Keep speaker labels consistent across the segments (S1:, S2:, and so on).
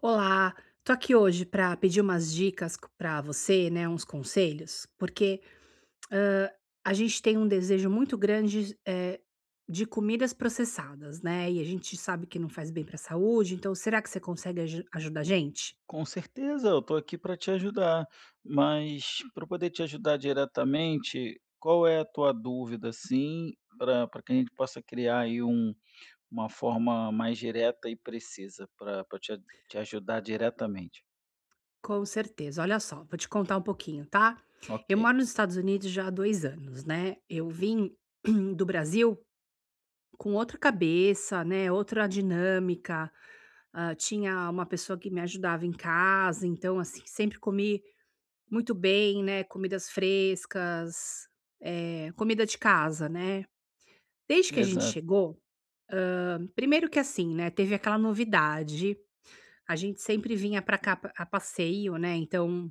S1: Olá, tô aqui hoje para pedir umas dicas para você, né, uns conselhos, porque a gente tem um desejo muito grande de comidas processadas, né? E a gente sabe que não faz bem para a saúde, então será que você consegue ajudar a gente?
S2: Com certeza, eu estou aqui para te ajudar, mas para poder te ajudar diretamente, qual é a tua dúvida, assim, para que a gente possa criar aí um, uma forma mais direta e precisa para te ajudar diretamente?
S1: Com certeza. Olha só, vou te contar um pouquinho, tá?
S2: Ok,
S1: Eu moro nos Estados Unidos já há dois anos, né? Eu vim do Brasil com outra cabeça, né, outra dinâmica, tinha uma pessoa que me ajudava em casa, então, assim, sempre comi muito bem, né, comidas frescas, comida de casa, né. Desde que a gente
S2: exato.
S1: chegou primeiro que assim, né, teve aquela novidade, a gente sempre vinha para cá pa a passeio, né, então,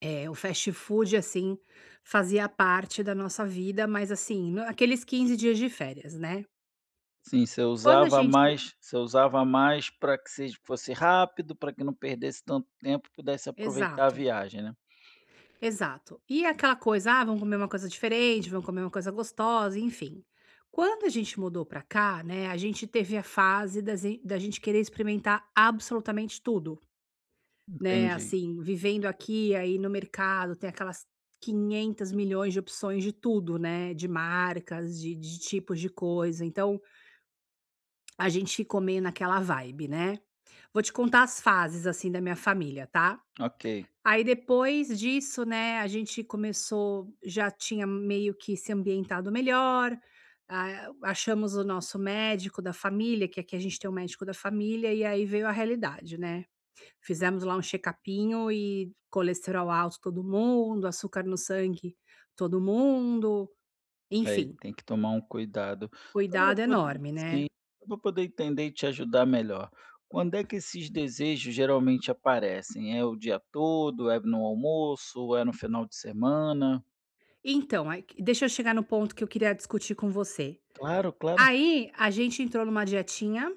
S1: o fast food, assim, fazia parte da nossa vida, mas assim, aqueles 15 dias de férias, né.
S2: Sim,
S1: Quando a gente
S2: você usava mais para que seja, fosse rápido, para que não perdesse tanto tempo, pudesse aproveitar a
S1: Exato.
S2: viagem, né?
S1: Exato. E é aquela coisa, ah, vamos comer uma coisa diferente, vamos comer uma coisa gostosa, enfim. Quando a gente mudou pra cá, né, a gente teve a fase da zen da gente querer experimentar absolutamente tudo, né,
S2: Entendi.
S1: assim, vivendo aqui, aí no mercado tem aquelas 500 milhões de opções de tudo, né, de marcas, de tipos de coisa, então a gente ficou meio naquela vibe, né. Vou te contar as fases, assim, da minha família, tá.
S2: Ok.
S1: Aí depois disso, né, a gente começou já tinha meio que se ambientado melhor, ah, achamos o nosso médico da família, que aqui a gente tem um médico da família, e aí veio a realidade, né. Fizemos lá um check-upinho e colesterol alto todo mundo, açúcar no sangue todo mundo,
S2: É, e
S1: enfim,
S2: tem que tomar um cuidado. Só pra
S1: cuidado
S2: eu
S1: enorme, né.
S2: Sim, só pra poder entender e te ajudar melhor. Quando é que esses desejos geralmente aparecem? É o dia todo? É no almoço? É no final de semana?
S1: Então, aí deixa eu chegar no ponto que eu queria discutir com você.
S2: Claro, claro.
S1: Aí, a gente entrou numa dietinha.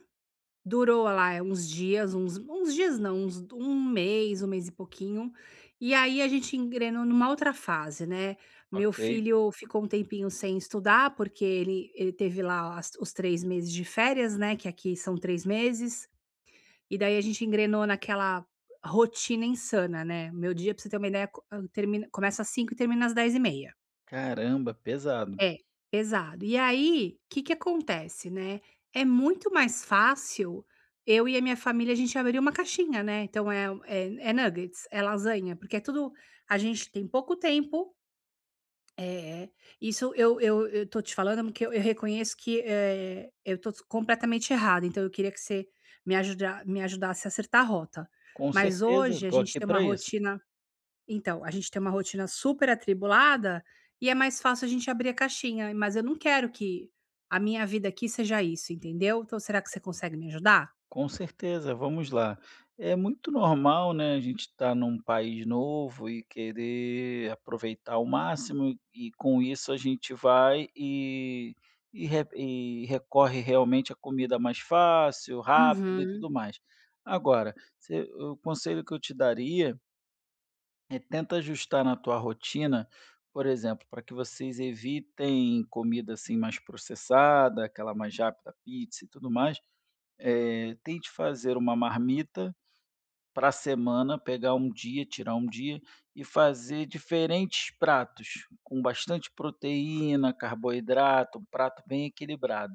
S1: Durou lá uns dias, uns dias não, uns um mês e pouquinho, e aí a gente engrenou numa outra fase, né. Meu
S2: Ok.
S1: filho ficou um tempinho sem estudar, porque ele teve lá as os 3 meses de férias, né, que aqui são 3 meses, e daí a gente engrenou naquela rotina insana, né. Meu dia, pra você ter uma ideia, termina começa às cinco e termina às dez e meia.
S2: Caramba, pesado.
S1: É, pesado. E aí, o que que acontece, né, é muito mais fácil eu e a minha família, a gente abrir uma caixinha, né, então é nuggets, é lasanha, porque é tudo a gente tem pouco tempo, eh, isso eu tô te falando porque eu reconheço que, eu tô completamente errada, então eu queria que você me ajudasse a acertar a rota.
S2: Com
S1: Mas
S2: certeza,
S1: hoje a
S2: estou
S1: gente
S2: aqui
S1: tem uma
S2: para isso.
S1: rotina. Então, a gente tem uma rotina super atribulada e é mais fácil a gente abrir a caixinha, mas eu não quero que a minha vida aqui seja isso, entendeu? Então, será que você consegue me ajudar?
S2: Com certeza, vamos lá. É muito normal, né, a gente estar num país novo e querer aproveitar ao máximo, e com isso a gente vai e recorre realmente à comida mais fácil, rápida e
S1: Uhum,
S2: tudo mais. Agora, você o conselho que eu te daria é tenta ajustar na tua rotina, por exemplo, para que vocês evitem comida, assim, mais processada, aquela mais rápida, pizza e tudo mais, tente fazer uma marmita para a semana, pegar um dia, tirar um dia e fazer diferentes pratos com bastante proteína, carboidrato, um prato bem equilibrado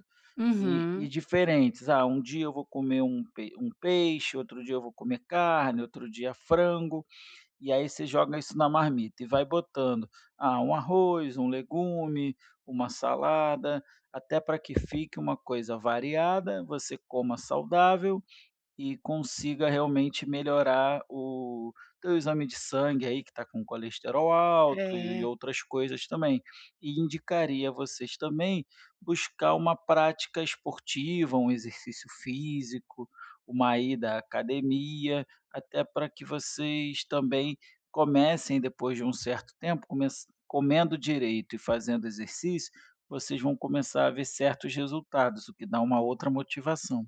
S2: e
S1: uhum.
S2: diferentes. Ah, um dia eu vou comer um pe um peixe, outro dia eu vou comer carne, outro dia frango, e aí você joga isso na marmita e vai botando, ah, um arroz, um legume, uma salada, até para que fique uma coisa variada, você coma saudável e consiga realmente melhorar o teu exame de sangue aí que está com colesterol alto e
S1: É.
S2: outras coisas também. E indicaria vocês também buscar uma prática esportiva, um exercício físico, uma ida à academia, até para que vocês também comecem depois de um certo tempo, comece comendo direito e fazendo exercício, vocês vão começar a ver certos resultados, o que dá uma outra motivação.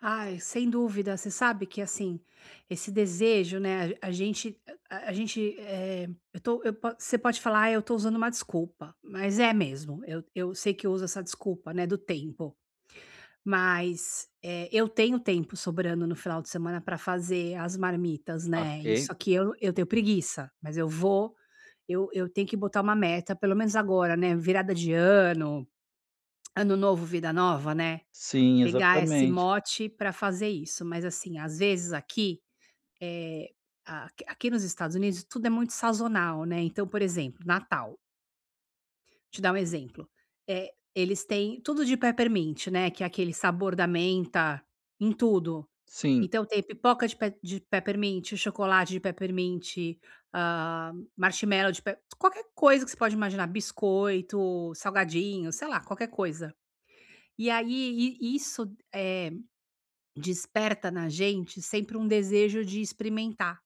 S1: Ai, sem dúvida, você sabe que assim, esse desejo, né, a gente, eh, eu tô eu po você pode falar: "Ah, eu tô usando uma desculpa", mas é mesmo, eu sei que eu uso essa desculpa, né, do tempo. Mas, eu tenho tempo sobrando no final de semana para fazer as marmitas, né. Isso
S2: Ok.
S1: aqui eu tenho preguiça, mas eu vou eu tenho que botar uma meta, pelo menos agora, né, virada de ano, ano novo, vida nova, né,
S2: Sim,
S1: pegar esse
S2: exatamente.
S1: mote para fazer isso. Mas, assim, às vezes aqui, é a aqui nos Estados Unidos tudo é muito sazonal, né, então, por exemplo, Natal. Te dar um exemplo, eles têm tudo de peppermint, né, que é aquele sabor da menta em tudo.
S2: Sim,
S1: Então tem pipoca de peppermint, chocolate de peppermint, marshmallow de pe qualquer coisa que você pode imaginar, biscoito, salgadinho, sei lá, qualquer coisa. E aí, i isso, desperta na gente sempre um desejo de experimentar.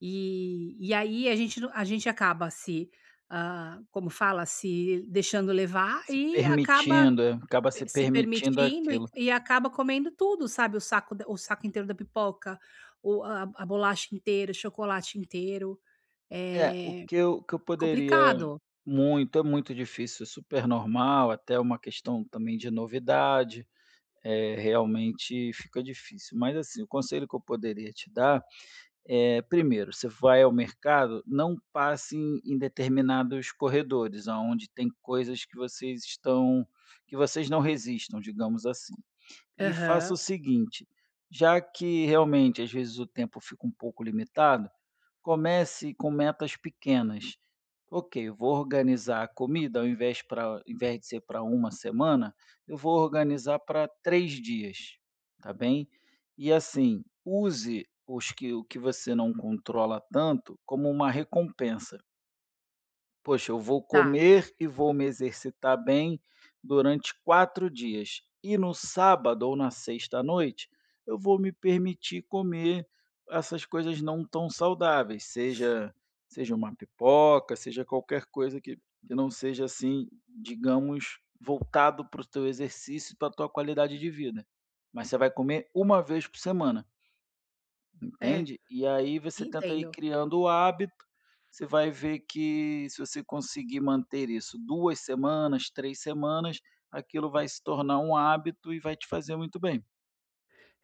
S1: E aí a gente acaba se, ah, como fala, se deixando levar
S2: se
S1: e acaba
S2: permitindo, acaba se
S1: se
S2: permitindo
S1: permitindo e
S2: aquilo.
S1: e acaba comendo tudo, sabe, o saco inteiro da pipoca, o a bolacha inteira, o chocolate inteiro,
S2: É, o
S1: é
S2: que eu o que eu poderia
S1: complicado.
S2: muito é muito difícil, é super normal, até uma questão também de novidade. É realmente fica difícil. Mas, assim, o conselho que eu poderia te dar é, primeiro, você vai ao mercado, não passe em determinados corredores, aonde tem coisas que vocês estão que vocês não resistam, digamos assim. E faça
S1: Aham,
S2: o seguinte, já que realmente às vezes o tempo fica um pouco limitado, comece com metas pequenas. Ok, eu vou organizar a comida, ao invés de ser para uma semana, eu vou organizar para 3 dias, tá bem? E assim, use os que, o que você não controla tanto como uma recompensa. Poxa, eu vou
S1: tá,
S2: comer e vou me exercitar bem durante 4 dias. E no sábado ou na sexta à noite, eu vou me permitir comer essas coisas não tão saudáveis, seja uma pipoca, seja qualquer coisa que não seja assim, digamos, voltado para o teu exercício e para a tua qualidade de vida. Mas você vai comer uma vez por semana.
S1: é,
S2: Entende? E aí você tenta ir
S1: entendo.
S2: criando o hábito, você vai ver que se você conseguir manter isso 2 semanas, 3 semanas, aquilo vai se tornar um hábito e vai te fazer muito bem.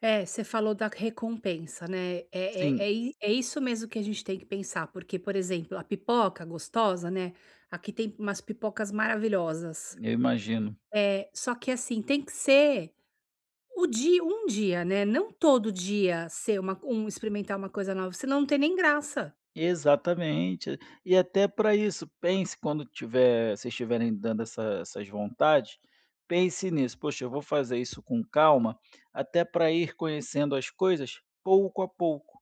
S1: É, você falou da recompensa, né? É, é,
S2: Sim,
S1: é, i- é isso mesmo que a gente tem que pensar, porque, por exemplo, a pipoca gostosa, né? Aqui tem umas pipocas maravilhosas.
S2: eu imagino.
S1: É, só que assim, tem que ser o dia, um dia, né? Não todo dia ser uma, um, experimentar uma coisa nova, senão não tem nem graça.
S2: Exatamente. E até para isso, pense quando tiver vocês estiverem dando essas vontades, pense nisso: "Poxa, eu vou fazer isso com calma", até para ir conhecendo as coisas pouco a pouco.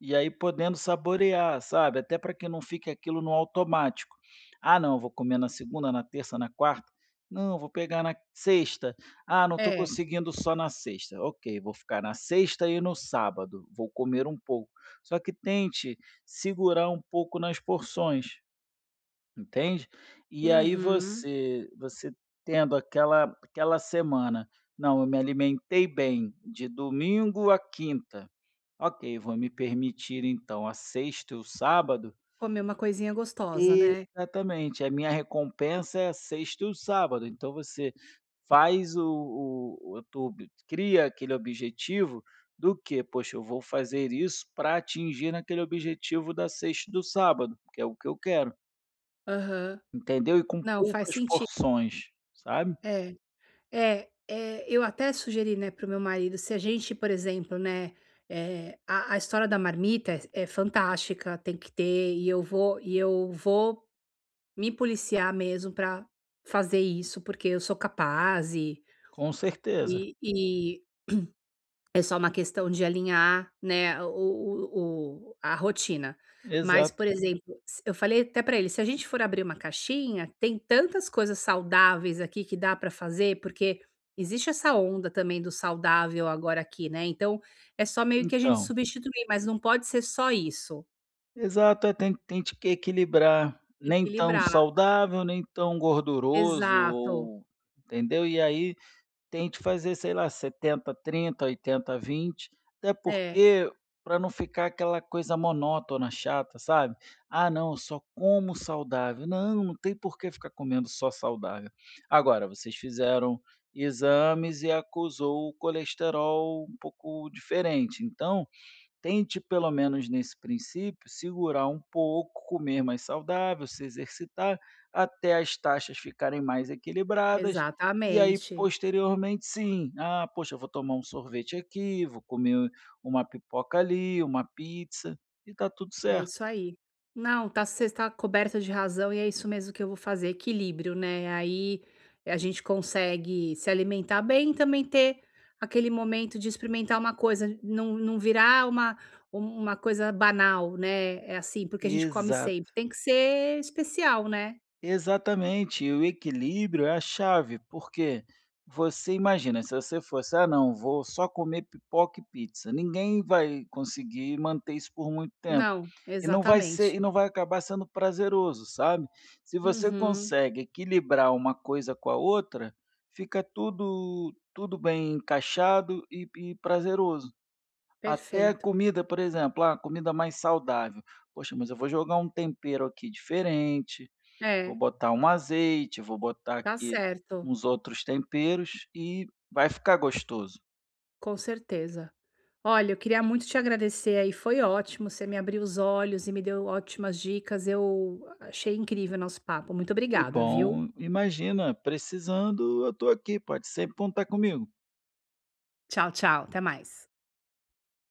S2: E aí podendo saborear, sabe, até para que não fique aquilo no automático. "Ah não, vou comer na segunda, na terça, na quarta. Não, vou pegar na sexta. Ah, não estou
S1: É.
S2: conseguindo só na sexta. Ok, vou ficar na sexta e no sábado, vou comer um pouco". Só que tente segurar um pouco nas porções, entende. E aí
S1: Uhum.
S2: você tendo aquela semana, "Não, eu me alimentei bem de domingo a quinta". Ok, vou me permitir então a sexta e o sábado.
S1: Comer uma coisinha gostosa, né?
S2: Exatamente, a minha recompensa é a sexta e o sábado. Então você faz o tu ob- cria aquele objetivo do que, poxa, eu vou fazer isso para atingir aquele objetivo da sexta e do sábado, que é o que eu quero,
S1: Aham.
S2: entendeu? E com
S1: Não, faz
S2: poucas
S1: sentido.
S2: porções, sabe?
S1: É. É, eu até sugeri, né, para o meu marido, se a gente, por exemplo, né, a história da marmita é fantástica, tem que ter, e eu vou me policiar mesmo para fazer isso, porque eu sou capaz e
S2: Com certeza.
S1: e é só uma questão de alinhar, né, o a rotina. Mas,
S2: Exato.
S1: por exemplo, se eu falei até para ele: "Se a gente for abrir uma caixinha, tem tantas coisas saudáveis aqui que dá para fazer", porque existe essa onda também do saudável agora aqui, né, então é só meio que a gente
S2: Então.
S1: substituir, mas não pode ser só isso.
S2: Exato, é, tem que equilibrar, nem tão
S1: Equilibrar.
S2: saudável, nem tão gorduroso
S1: Exato.
S2: ou entendeu? E aí tente fazer, sei lá, 70, 30, 80, 20. Até
S1: É,
S2: porque para não ficar aquela coisa monótona, chata, sabe? "Ah não, eu só como saudável". Não, não tem por que ficar comendo só saudável. Agora, vocês fizeram exames e acusou o colesterol um pouco diferente, então tente, pelo menos nesse princípio, segurar um pouco, comer mais saudável, se exercitar, até as taxas ficarem mais equilibradas. E aí,
S1: exatamente.
S2: posteriormente, sim, ah, poxa, eu vou tomar um sorvete aqui, vou comer uma pipoca ali, uma pizza, e está tudo
S1: É
S2: certo.
S1: isso aí. Não, tá, você está coberta de razão e é isso mesmo que eu vou fazer, equilíbrio, né? Aí a gente consegue se alimentar bem e também ter aquele momento de experimentar uma coisa, não, não virar uma, uma coisa banal, né? É assim, porque a gente come sempre.
S2: Exato.
S1: Tem que ser especial, né?
S2: Exatamente, e o equilíbrio é a chave, porque você imagina, se você fosse: "Ah, não, vou só comer pipoca e pizza", ninguém vai conseguir manter isso por muito tempo,
S1: Não, exatamente.
S2: e não vai acabar sendo prazeroso, sabe. Se você
S1: Uhum,
S2: consegue equilibrar uma coisa com a outra, fica tudo bem encaixado e prazeroso. Até a
S1: perfeito.
S2: comida, por exemplo, ah, comida mais saudável: "Poxa, mas eu vou jogar um tempero aqui diferente, vou
S1: É,
S2: botar um azeite, vou botar
S1: tá
S2: aqui
S1: certo.
S2: uns outros temperos e vai ficar gostoso".
S1: Com certeza. Olha, eu queria muito te agradecer aí, foi ótimo, você me abriu os olhos e me deu ótimas dicas, eu achei incrível o nosso papo. Muito
S2: Que
S1: obrigada, viu?
S2: bom, imagina, precisando eu estou aqui, pode sempre contar comigo.
S1: Tchau, tchau, até mais.